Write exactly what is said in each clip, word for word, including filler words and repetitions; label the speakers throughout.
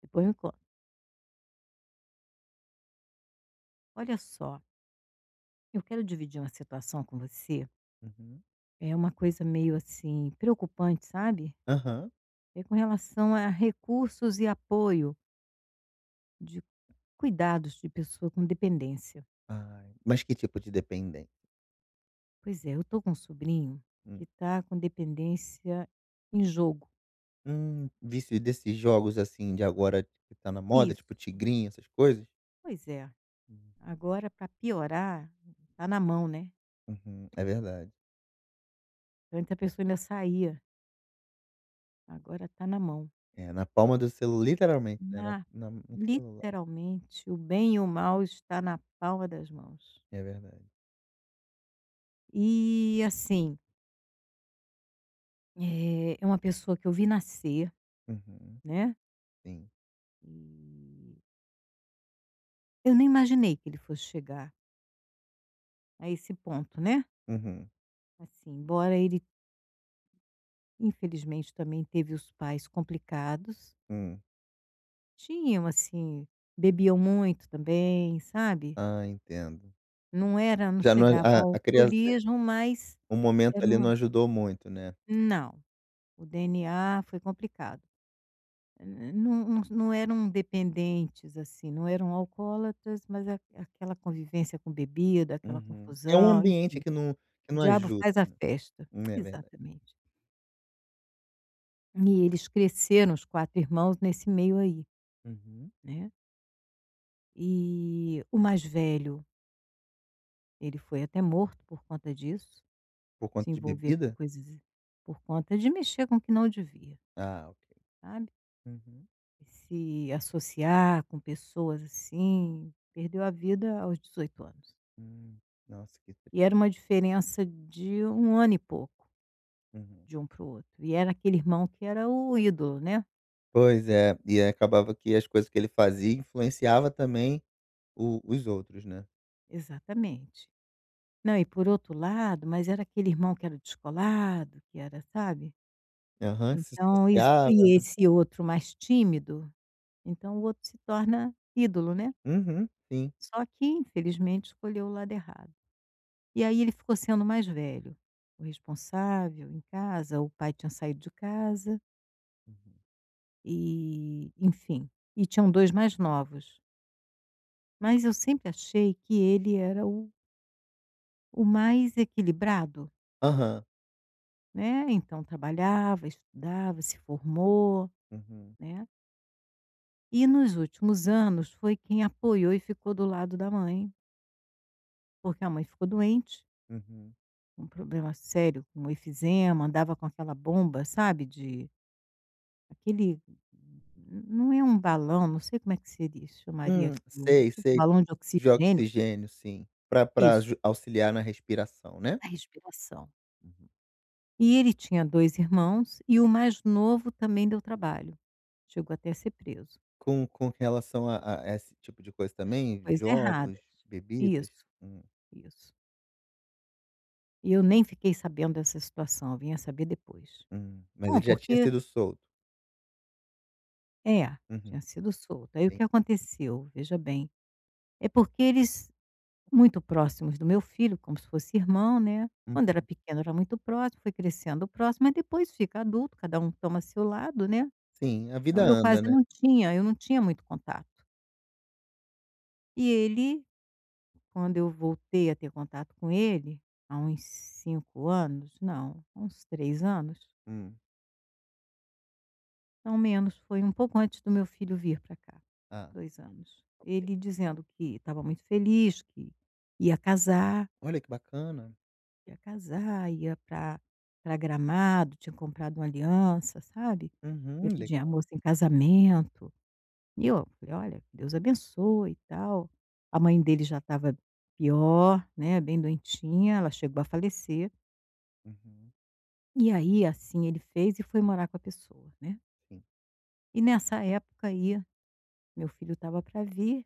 Speaker 1: Depois me conta. Olha só, eu quero dividir uma situação com você.
Speaker 2: Uhum.
Speaker 1: É uma coisa meio assim preocupante, sabe?
Speaker 2: Aham.
Speaker 1: É com relação a recursos e apoio de cuidados de pessoa com dependência.
Speaker 2: Ai, mas que tipo de dependen
Speaker 1: Pois é, eu tô com um sobrinho que
Speaker 2: hum
Speaker 1: está com dependência em jogo.
Speaker 2: hum, vício desses jogos, assim, de agora que tá na moda, tipo
Speaker 1: Isso.
Speaker 2: tigrinho, essas coisas?
Speaker 1: Pois é.
Speaker 2: Hum.
Speaker 1: Agora, para piorar, tá na mão, né?
Speaker 2: Uhum, é verdade.
Speaker 1: Antes a pessoa ainda saía, agora tá na mão.
Speaker 2: É, na palma do celular literalmente, né, na
Speaker 1: Na,
Speaker 2: na no celular.
Speaker 1: literalmente, o bem e o mal está na palma das mãos.
Speaker 2: É verdade.
Speaker 1: E assim, eh, é uma pessoa que eu vi nascer,
Speaker 2: Uhum,
Speaker 1: né,
Speaker 2: sim.
Speaker 1: e eu nem imaginei que ele fosse chegar a esse ponto, né,
Speaker 2: Uhum.
Speaker 1: assim, embora ele infelizmente também teve os pais complicados,
Speaker 2: Hum.
Speaker 1: tinham assim, bebiam muito também, sabe,
Speaker 2: Ah, entendo.
Speaker 1: não era não
Speaker 2: Já não
Speaker 1: chegava
Speaker 2: a
Speaker 1: ao
Speaker 2: a criança
Speaker 1: alcoolismo, mas
Speaker 2: O momento
Speaker 1: era
Speaker 2: ali
Speaker 1: uma
Speaker 2: não ajudou muito, né.
Speaker 1: não, o D N A foi complicado. N não não não eram dependentes, assim, não eram alcoólatras, mas a aquela convivência com bebida, aquela
Speaker 2: Uhum. É um
Speaker 1: confusão, e
Speaker 2: ambiente que não que
Speaker 1: o
Speaker 2: não
Speaker 1: diabo
Speaker 2: ajuda,
Speaker 1: faz a
Speaker 2: né.
Speaker 1: festa.
Speaker 2: Hum, é verdade.
Speaker 1: Exatamente. E eles cresceram, os quatro irmãos, nesse meio aí,
Speaker 2: Uhum.
Speaker 1: né. E o mais velho, ele foi até morto por conta disso,
Speaker 2: Por
Speaker 1: se
Speaker 2: conta de
Speaker 1: envolver com
Speaker 2: bebida?
Speaker 1: coisas por conta de mexer com o que não devia,
Speaker 2: Ah, ok.
Speaker 1: sabe.
Speaker 2: Uhum.
Speaker 1: Se associar com pessoas assim, perdeu a vida aos dezoito anos.
Speaker 2: Hum, nossa, que triste.
Speaker 1: E era uma diferença de um ano e pouco,
Speaker 2: Uhum.
Speaker 1: de um para o outro. E era aquele irmão que era o ídolo, né.
Speaker 2: Pois é, e aí acabava que as coisas que ele fazia influenciava também o os outros, né.
Speaker 1: Exatamente. Não, e por outro lado mas era aquele irmão que era descolado, que era sabe.
Speaker 2: Aham, se
Speaker 1: Então isso e
Speaker 2: associava.
Speaker 1: esse outro mais tímido, então o outro se torna ídolo, né.
Speaker 2: Uhum, sim.
Speaker 1: Só que infelizmente escolheu o lado errado. E aí ele ficou sendo o mais velho, o responsável em casa, o pai tinha saído de casa,
Speaker 2: Uhum.
Speaker 1: e enfim. E tinham dois mais novos. Mas eu sempre achei que ele era o o mais equilibrado,
Speaker 2: Aham.
Speaker 1: né, então trabalhava, estudava, se formou,
Speaker 2: Uhum,
Speaker 1: né, e nos últimos anos foi quem apoiou e ficou do lado da mãe, porque a mãe ficou doente,
Speaker 2: uhum.
Speaker 1: um problema sério, com efizema, andava com aquela bomba, sabe, de aquele não é um balão, não sei como é que seria chamaria
Speaker 2: Hum,
Speaker 1: aquilo,
Speaker 2: sei,
Speaker 1: tipo
Speaker 2: sei.
Speaker 1: balão de
Speaker 2: De
Speaker 1: oxigênio,
Speaker 2: oxigênio, sim, pra pra
Speaker 1: isso,
Speaker 2: aju auxiliar na respiração, né.
Speaker 1: a respiração.
Speaker 2: Uhum.
Speaker 1: E ele tinha dois irmãos e o mais novo também deu trabalho. Chegou até a ser preso.
Speaker 2: Com com relação a a esse tipo de coisa
Speaker 1: As
Speaker 2: também,
Speaker 1: Coisas
Speaker 2: jogos,
Speaker 1: erradas.
Speaker 2: bebidas?
Speaker 1: Isso,
Speaker 2: Hum,
Speaker 1: isso. E eu nem fiquei sabendo dessa situação, eu vim a saber depois.
Speaker 2: hum. Mas
Speaker 1: Bom,
Speaker 2: ele já tinha
Speaker 1: porque
Speaker 2: sido solto?
Speaker 1: é, tinha
Speaker 2: Uhum,
Speaker 1: sido solto. Aí o que
Speaker 2: entendi.
Speaker 1: aconteceu, veja bem, é porque eles muito próximos do meu filho, como se fosse irmão, né,
Speaker 2: Uhum.
Speaker 1: quando era pequeno era muito próximo, foi crescendo próximo, mas depois fica adulto, cada um toma seu lado, né.
Speaker 2: Sim, a
Speaker 1: Então
Speaker 2: vida
Speaker 1: eu quase
Speaker 2: anda, né.
Speaker 1: não tinha eu não tinha muito contato. E ele Quando eu voltei a ter contato com ele, há uns cinco anos, não, há uns três anos,
Speaker 2: Hum.
Speaker 1: não menos, foi um pouco antes do meu filho vir para cá,
Speaker 2: Ah,
Speaker 1: dois anos. Ele dizendo que estava muito feliz, que ia casar,
Speaker 2: olha que bacana.
Speaker 1: ia casar, ia para para Gramado, tinha comprado uma aliança, sabe, ia
Speaker 2: Uhum,
Speaker 1: pedir a
Speaker 2: legal.
Speaker 1: moça em casamento. E eu falei: "Olha, que Deus abençoe e tal". A mãe dele já estava pior, né, bem doentinha, ela chegou a falecer.
Speaker 2: Uhum,
Speaker 1: E aí, assim, ele fez e foi morar com a pessoa, né.
Speaker 2: sim.
Speaker 1: E nessa época aí, meu filho estava para vir,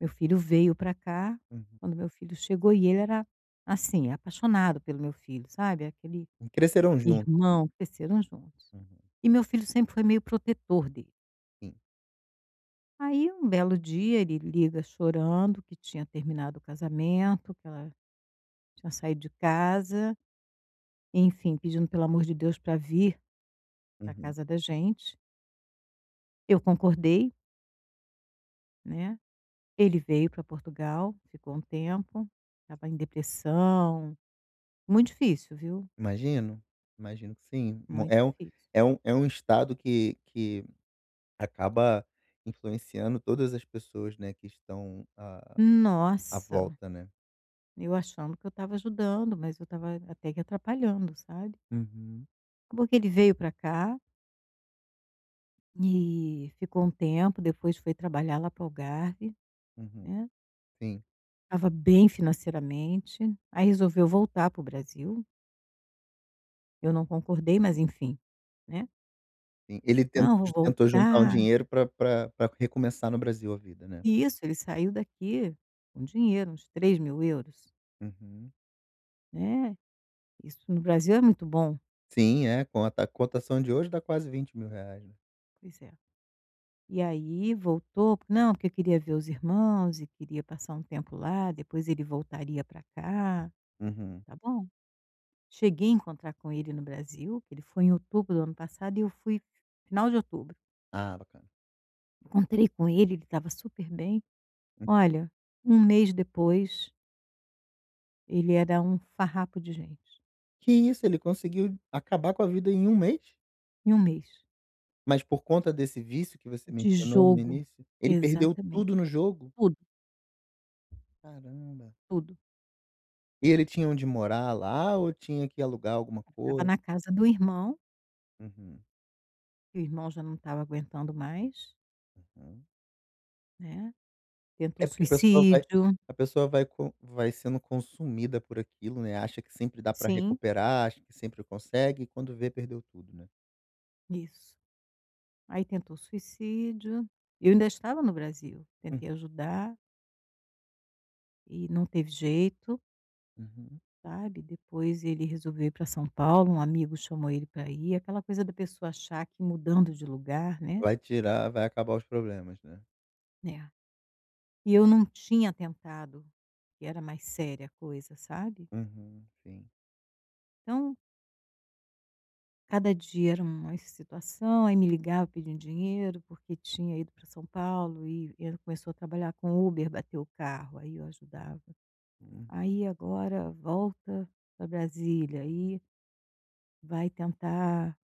Speaker 1: meu filho veio para cá,
Speaker 2: Uhum.
Speaker 1: quando meu filho chegou e ele era, assim, apaixonado pelo meu filho, sabe, aquele
Speaker 2: E cresceram juntos.
Speaker 1: irmão, cresceram juntos.
Speaker 2: Uhum,
Speaker 1: E meu filho sempre foi meio protetor dele.
Speaker 2: sim.
Speaker 1: Aí um belo dia ele liga chorando que tinha terminado o casamento, que ela tinha saído de casa, enfim, pedindo pelo amor de Deus para vir para
Speaker 2: Uhum.
Speaker 1: casa da gente. Eu concordei, né. Ele veio para Portugal, ficou um tempo, estava em depressão, muito difícil, viu,
Speaker 2: Imagino, imagino que sim. Mo
Speaker 1: muito
Speaker 2: É um
Speaker 1: difícil.
Speaker 2: é um é um estado que que acaba influenciando todas as pessoas, né, que estão à à
Speaker 1: Nossa,
Speaker 2: volta, né.
Speaker 1: eu achando que eu estava ajudando, mas eu estava até que atrapalhando, sabe.
Speaker 2: Uhum,
Speaker 1: Acabou que ele veio para cá e ficou um tempo, depois foi trabalhar lá para o Algarve,
Speaker 2: uhum.
Speaker 1: né,
Speaker 2: Sim,
Speaker 1: estava bem financeiramente, aí resolveu voltar para o Brasil, eu não concordei, mas enfim, né.
Speaker 2: sim. Ele ten
Speaker 1: "Não, vou
Speaker 2: tentou juntar um
Speaker 1: voltar".
Speaker 2: dinheiro para recomeçar no Brasil a vida, né.
Speaker 1: E isso, ele saiu daqui com dinheiro, uns três mil euros.
Speaker 2: Uhum.
Speaker 1: Né, isso no Brasil é muito bom.
Speaker 2: Sim, é, com a ta cotação de hoje dá quase R vinte mil reais, né.
Speaker 1: Pois é. E aí voltou, não, porque eu queria ver os irmãos e queria passar um tempo lá, depois ele voltaria para cá,
Speaker 2: Uhum.
Speaker 1: tá bom. Cheguei a encontrar com ele no Brasil, que ele foi em outubro do ano passado e eu fui final de outubro.
Speaker 2: Ah, bacana.
Speaker 1: Encontrei com ele, ele estava super bem. Olha, um mês depois, ele era um farrapo de gente.
Speaker 2: Que isso, ele conseguiu acabar com a vida em um mês?
Speaker 1: Em um mês.
Speaker 2: Mas por conta desse vício que você
Speaker 1: De
Speaker 2: mencionou no
Speaker 1: jogo.
Speaker 2: início, ele perdeu
Speaker 1: Exatamente.
Speaker 2: tudo no jogo?
Speaker 1: Tudo,
Speaker 2: Caramba.
Speaker 1: tudo.
Speaker 2: E ele tinha onde morar lá ou tinha que alugar alguma
Speaker 1: Estava
Speaker 2: coisa?
Speaker 1: na casa do irmão
Speaker 2: Uhum,
Speaker 1: que o irmão já não estava aguentando mais,
Speaker 2: uhum.
Speaker 1: né, tentou
Speaker 2: É porque a pessoa vai
Speaker 1: suicídio.
Speaker 2: a pessoa vai co vai sendo consumida por aquilo, né, acha que sempre dá pra
Speaker 1: Sim,
Speaker 2: recuperar, acha que sempre consegue e quando vê perdeu tudo, né.
Speaker 1: isso. Aí tentou suicídio, eu ainda estava no Brasil,
Speaker 2: Hum,
Speaker 1: tentei ajudar e não teve jeito,
Speaker 2: uhum.
Speaker 1: sabe. Depois ele resolveu ir para São Paulo, um amigo chamou ele para ir, aquela coisa da pessoa achar que mudando de lugar, né.
Speaker 2: Vai tirar vai acabar os problemas, né.
Speaker 1: É. E eu não tinha tentado. Que era mais séria a coisa, sabe.
Speaker 2: Uhum, sim.
Speaker 1: Então cada dia era uma situação, aí me ligava pedindo dinheiro, porque tinha ido para São Paulo e ele começou a trabalhar com Uber, bateu o carro, aí eu ajudava.
Speaker 2: Hum,
Speaker 1: Aí agora volta para Brasília, aí vai tentar,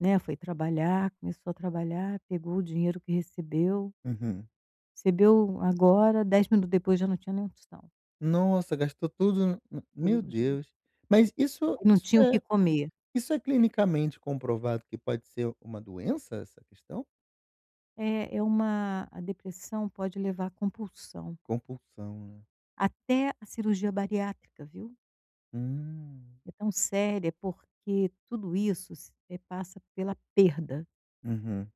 Speaker 1: né, foi trabalhar, começou a trabalhar, pegou o dinheiro que recebeu,
Speaker 2: uhum.
Speaker 1: recebeu agora, dez minutos depois já não tinha nem um tostão,
Speaker 2: Nossa, gastou tudo, n
Speaker 1: tudo
Speaker 2: meu
Speaker 1: no jogo.
Speaker 2: Deus. Mas isso
Speaker 1: Aí não
Speaker 2: isso
Speaker 1: tinha o que
Speaker 2: é
Speaker 1: comer.
Speaker 2: isso é clinicamente comprovado que pode ser uma doença, essa questão?
Speaker 1: É, é uma A depressão pode levar à compulsão,
Speaker 2: Compulsão, né.
Speaker 1: até a cirurgia bariátrica, viu?
Speaker 2: Hum.
Speaker 1: É tão séria porque tudo isso s eh, passa pela perda.
Speaker 2: Uhum.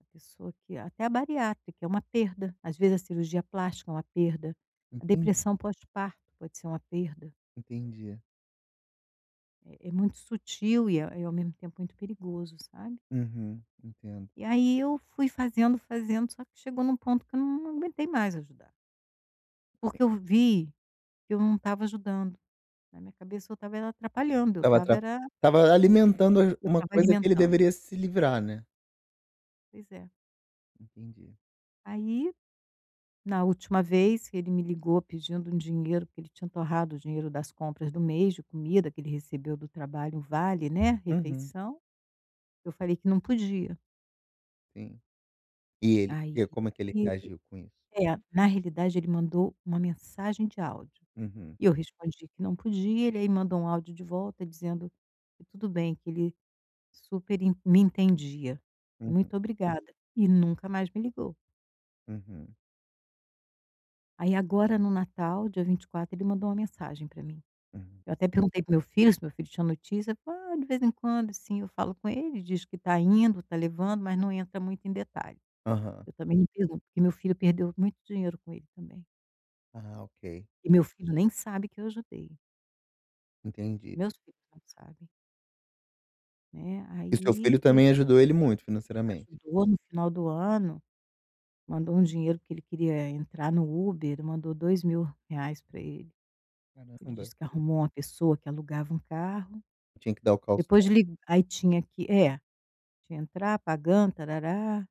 Speaker 1: A pessoa que até a bariátrica é uma perda, às vezes a cirurgia plástica é uma perda, a
Speaker 2: Entendi,
Speaker 1: depressão pós-parto pode ser uma perda.
Speaker 2: entendi.
Speaker 1: É é muito sutil e é é ao mesmo tempo muito perigoso, sabe.
Speaker 2: Uhum, entendo.
Speaker 1: E aí eu fui fazendo, fazendo, só que chegou num ponto que eu não aguentei mais ajudar, porque eu vi que eu não estava ajudando. Na minha cabeça eu estava era atrapalhando, eu
Speaker 2: Tava
Speaker 1: estava
Speaker 2: atra
Speaker 1: era
Speaker 2: estava alimentando as
Speaker 1: eu
Speaker 2: uma
Speaker 1: estava
Speaker 2: coisa que ele
Speaker 1: alimentando.
Speaker 2: deveria se livrar, né.
Speaker 1: Pois é.
Speaker 2: Entendi.
Speaker 1: Aí na última vez, ele me ligou pedindo um dinheiro, porque ele tinha torrado o dinheiro das compras do mês, de comida que ele recebeu do trabalho, um vale, né,
Speaker 2: Uhum,
Speaker 1: refeição. Eu falei que não podia.
Speaker 2: sim. E ele
Speaker 1: Aí
Speaker 2: e como é que ele
Speaker 1: e
Speaker 2: reagiu com isso?
Speaker 1: É, na realidade, ele mandou uma mensagem de áudio.
Speaker 2: Uhum,
Speaker 1: E eu respondi que não podia, ele aí mandou um áudio de volta dizendo que tudo bem, que ele super en me entendia. E
Speaker 2: uhum,
Speaker 1: muito obrigada. E nunca mais me ligou.
Speaker 2: uhum,
Speaker 1: Aí agora no Natal, dia vinte e quatro, ele mandou uma mensagem para mim.
Speaker 2: uhum.
Speaker 1: Eu até perguntei pro meu filho, se meu filho tinha notícia, ah, de vez em quando, assim, eu falo com ele, diz que está indo, está levando, mas não entra muito em detalhe.
Speaker 2: Aham.
Speaker 1: Eu também não pergunto, porque meu filho perdeu muito dinheiro com ele também.
Speaker 2: Ah, ok,
Speaker 1: E meu filho nem sabe que eu ajudei,
Speaker 2: entendi.
Speaker 1: meus filhos não sabem, né.
Speaker 2: E seu filho
Speaker 1: Aí ele
Speaker 2: também ajudou ele muito financeiramente?
Speaker 1: ajudou no final do ano, mandou um dinheiro porque ele queria entrar no Uber, mandou dois mil reais para ele. Ele
Speaker 2: Caramba,
Speaker 1: disse que arrumou uma pessoa que alugava um carro,
Speaker 2: tinha que dar o
Speaker 1: depois
Speaker 2: calção.
Speaker 1: li aí tinha que é, tinha que entrar pagando, tarará.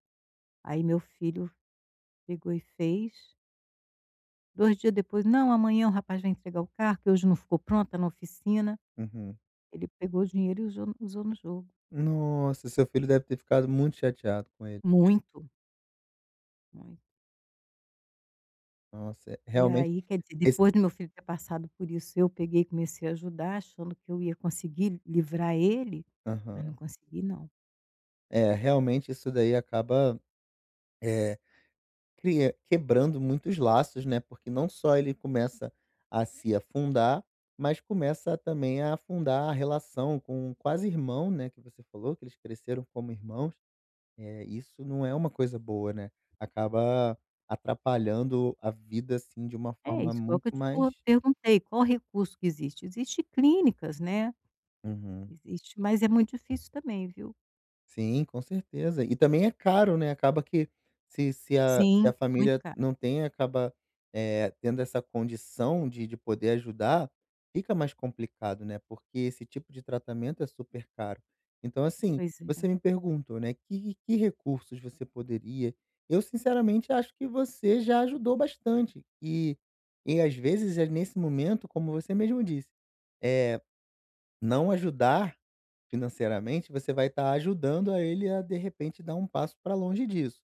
Speaker 1: Aí meu filho pegou e fez. Dois dias depois: "Não, amanhã o rapaz vai entregar o carro, que hoje não ficou pronto, tá na oficina".
Speaker 2: Uhum.
Speaker 1: Ele pegou o dinheiro e usou usou no jogo.
Speaker 2: Nossa, seu filho deve ter ficado muito chateado com ele.
Speaker 1: Muito, muito.
Speaker 2: Nossa, é-
Speaker 1: E
Speaker 2: realmente
Speaker 1: aí, quer dizer,
Speaker 2: esse
Speaker 1: depois do meu filho ter passado por isso, eu peguei e comecei a ajudar, achando que eu ia conseguir livrar ele, mas não
Speaker 2: aham.
Speaker 1: consegui não.
Speaker 2: É, realmente isso daí acaba, eh, cria quebrando muitos laços, né, porque não só ele começa a se afundar, mas começa também a afundar a relação com o quase irmão, né, que você falou que eles cresceram como irmãos. É, isso não é uma coisa boa, né. Acaba atrapalhando a vida, assim, de uma
Speaker 1: É
Speaker 2: forma
Speaker 1: isso, foi o que eu
Speaker 2: muito
Speaker 1: te por
Speaker 2: mais.
Speaker 1: perguntei, qual recurso que existe? Existe clínicas, né,
Speaker 2: Uhum.
Speaker 1: existe, mas é muito difícil também, viu.
Speaker 2: Sim, com certeza. E também é caro, né, acaba que se se a se
Speaker 1: Sim,
Speaker 2: a
Speaker 1: muito
Speaker 2: família
Speaker 1: caro.
Speaker 2: não tem, acaba, eh, tendo essa condição de de poder ajudar, fica mais complicado, né, porque esse tipo de tratamento é super caro. Então, assim,
Speaker 1: Pois é.
Speaker 2: você me perguntou, né, que que recursos você poderia eu sinceramente acho que você já ajudou bastante. E e às vezes é nesse momento, como você mesmo disse, é não ajudar financeiramente, você vai estar ajudando a ele a, de repente, dar um passo para longe disso.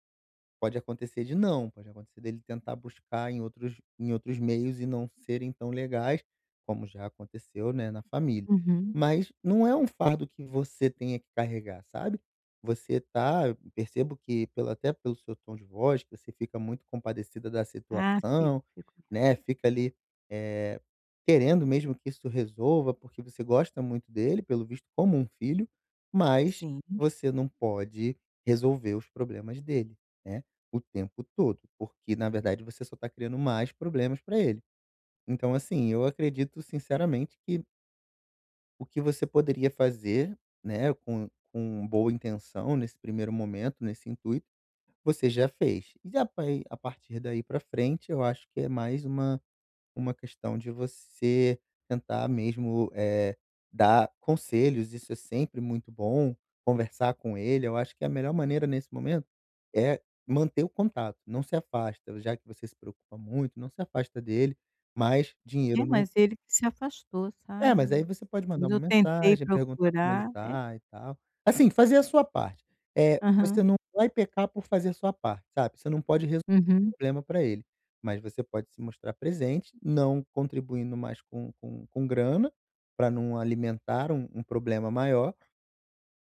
Speaker 2: Pode acontecer de não, pode acontecer dele tentar buscar em outros em outros meios e não serem tão legais, como já aconteceu, né, na família.
Speaker 1: Uhum.
Speaker 2: Mas não é um fardo que você tenha que carregar, sabe. Você tá Percebo que pelo até pelo seu tom de voz, que você fica muito compadecida da
Speaker 1: Ah, fico,
Speaker 2: situação,
Speaker 1: fico mesmo.
Speaker 2: né, fica ali, eh, querendo mesmo que isso resolva, porque você gosta muito dele, pelo visto, como um filho, mas
Speaker 1: Sim.
Speaker 2: você não pode resolver os problemas dele, né. O tempo todo, porque na verdade você só está criando mais problemas para ele. Então assim, eu acredito sinceramente que o que você poderia fazer, né, com com boa intenção nesse primeiro momento, nesse intuito, você já fez. E a pai a partir daí para frente eu acho que é mais uma uma questão de você tentar mesmo, eh, dar conselhos, isso é sempre muito bom, conversar com ele. Eu acho que a melhor maneira nesse momento é manter o contato, não se afasta, já que você se preocupa muito, não se afasta dele, mas
Speaker 1: É,
Speaker 2: dinheiro não
Speaker 1: mas ele que se afastou,
Speaker 2: é,
Speaker 1: sabe,
Speaker 2: mas aí
Speaker 1: eu
Speaker 2: você pode mandar
Speaker 1: depois
Speaker 2: uma
Speaker 1: eu tentei
Speaker 2: mensagem, perguntar como ele
Speaker 1: procurar é.
Speaker 2: tá e tal. Assim, fazer a sua parte. Eh,
Speaker 1: Aham.
Speaker 2: você não vai pecar por fazer a sua parte, sabe. Você não pode resolver
Speaker 1: Uhum.
Speaker 2: o problema para ele, mas você pode se mostrar presente, não contribuindo mais com com com grana, para não alimentar um um problema maior,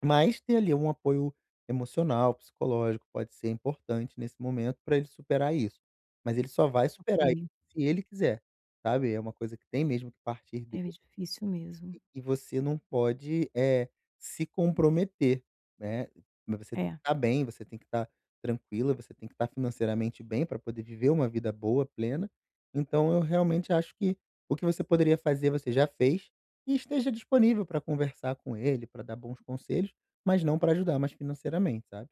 Speaker 2: mas ter ali um apoio emocional, psicológico, pode ser importante nesse momento para ele superar isso. Mas ele só vai superar isso
Speaker 1: Ok.
Speaker 2: se ele quiser, sabe. É uma coisa que tem mesmo que partir
Speaker 1: É difícil mesmo.
Speaker 2: e você não pode, eh, se comprometer, né. Mas você tem que
Speaker 1: É.
Speaker 2: estar bem, você tem que estar tranquila, você tem que estar financeiramente bem para poder viver uma vida boa, plena. Então eu realmente acho que o que você poderia fazer, você já fez, e esteja disponível para conversar com ele, para dar bons conselhos, mas não para ajudar mais financeiramente, sabe.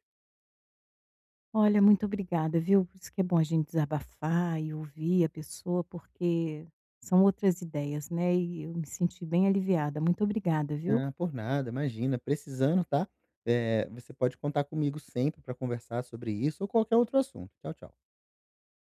Speaker 1: Olha, muito obrigada, viu. Por isso que é bom a gente desabafar e ouvir a pessoa, porque são outras ideias, né, e eu me senti bem aliviada. Muito obrigada, viu.
Speaker 2: Ah, por nada, imagina, precisando, tá, eh, você pode contar comigo sempre para conversar sobre isso ou qualquer outro assunto. Tchau, tchau.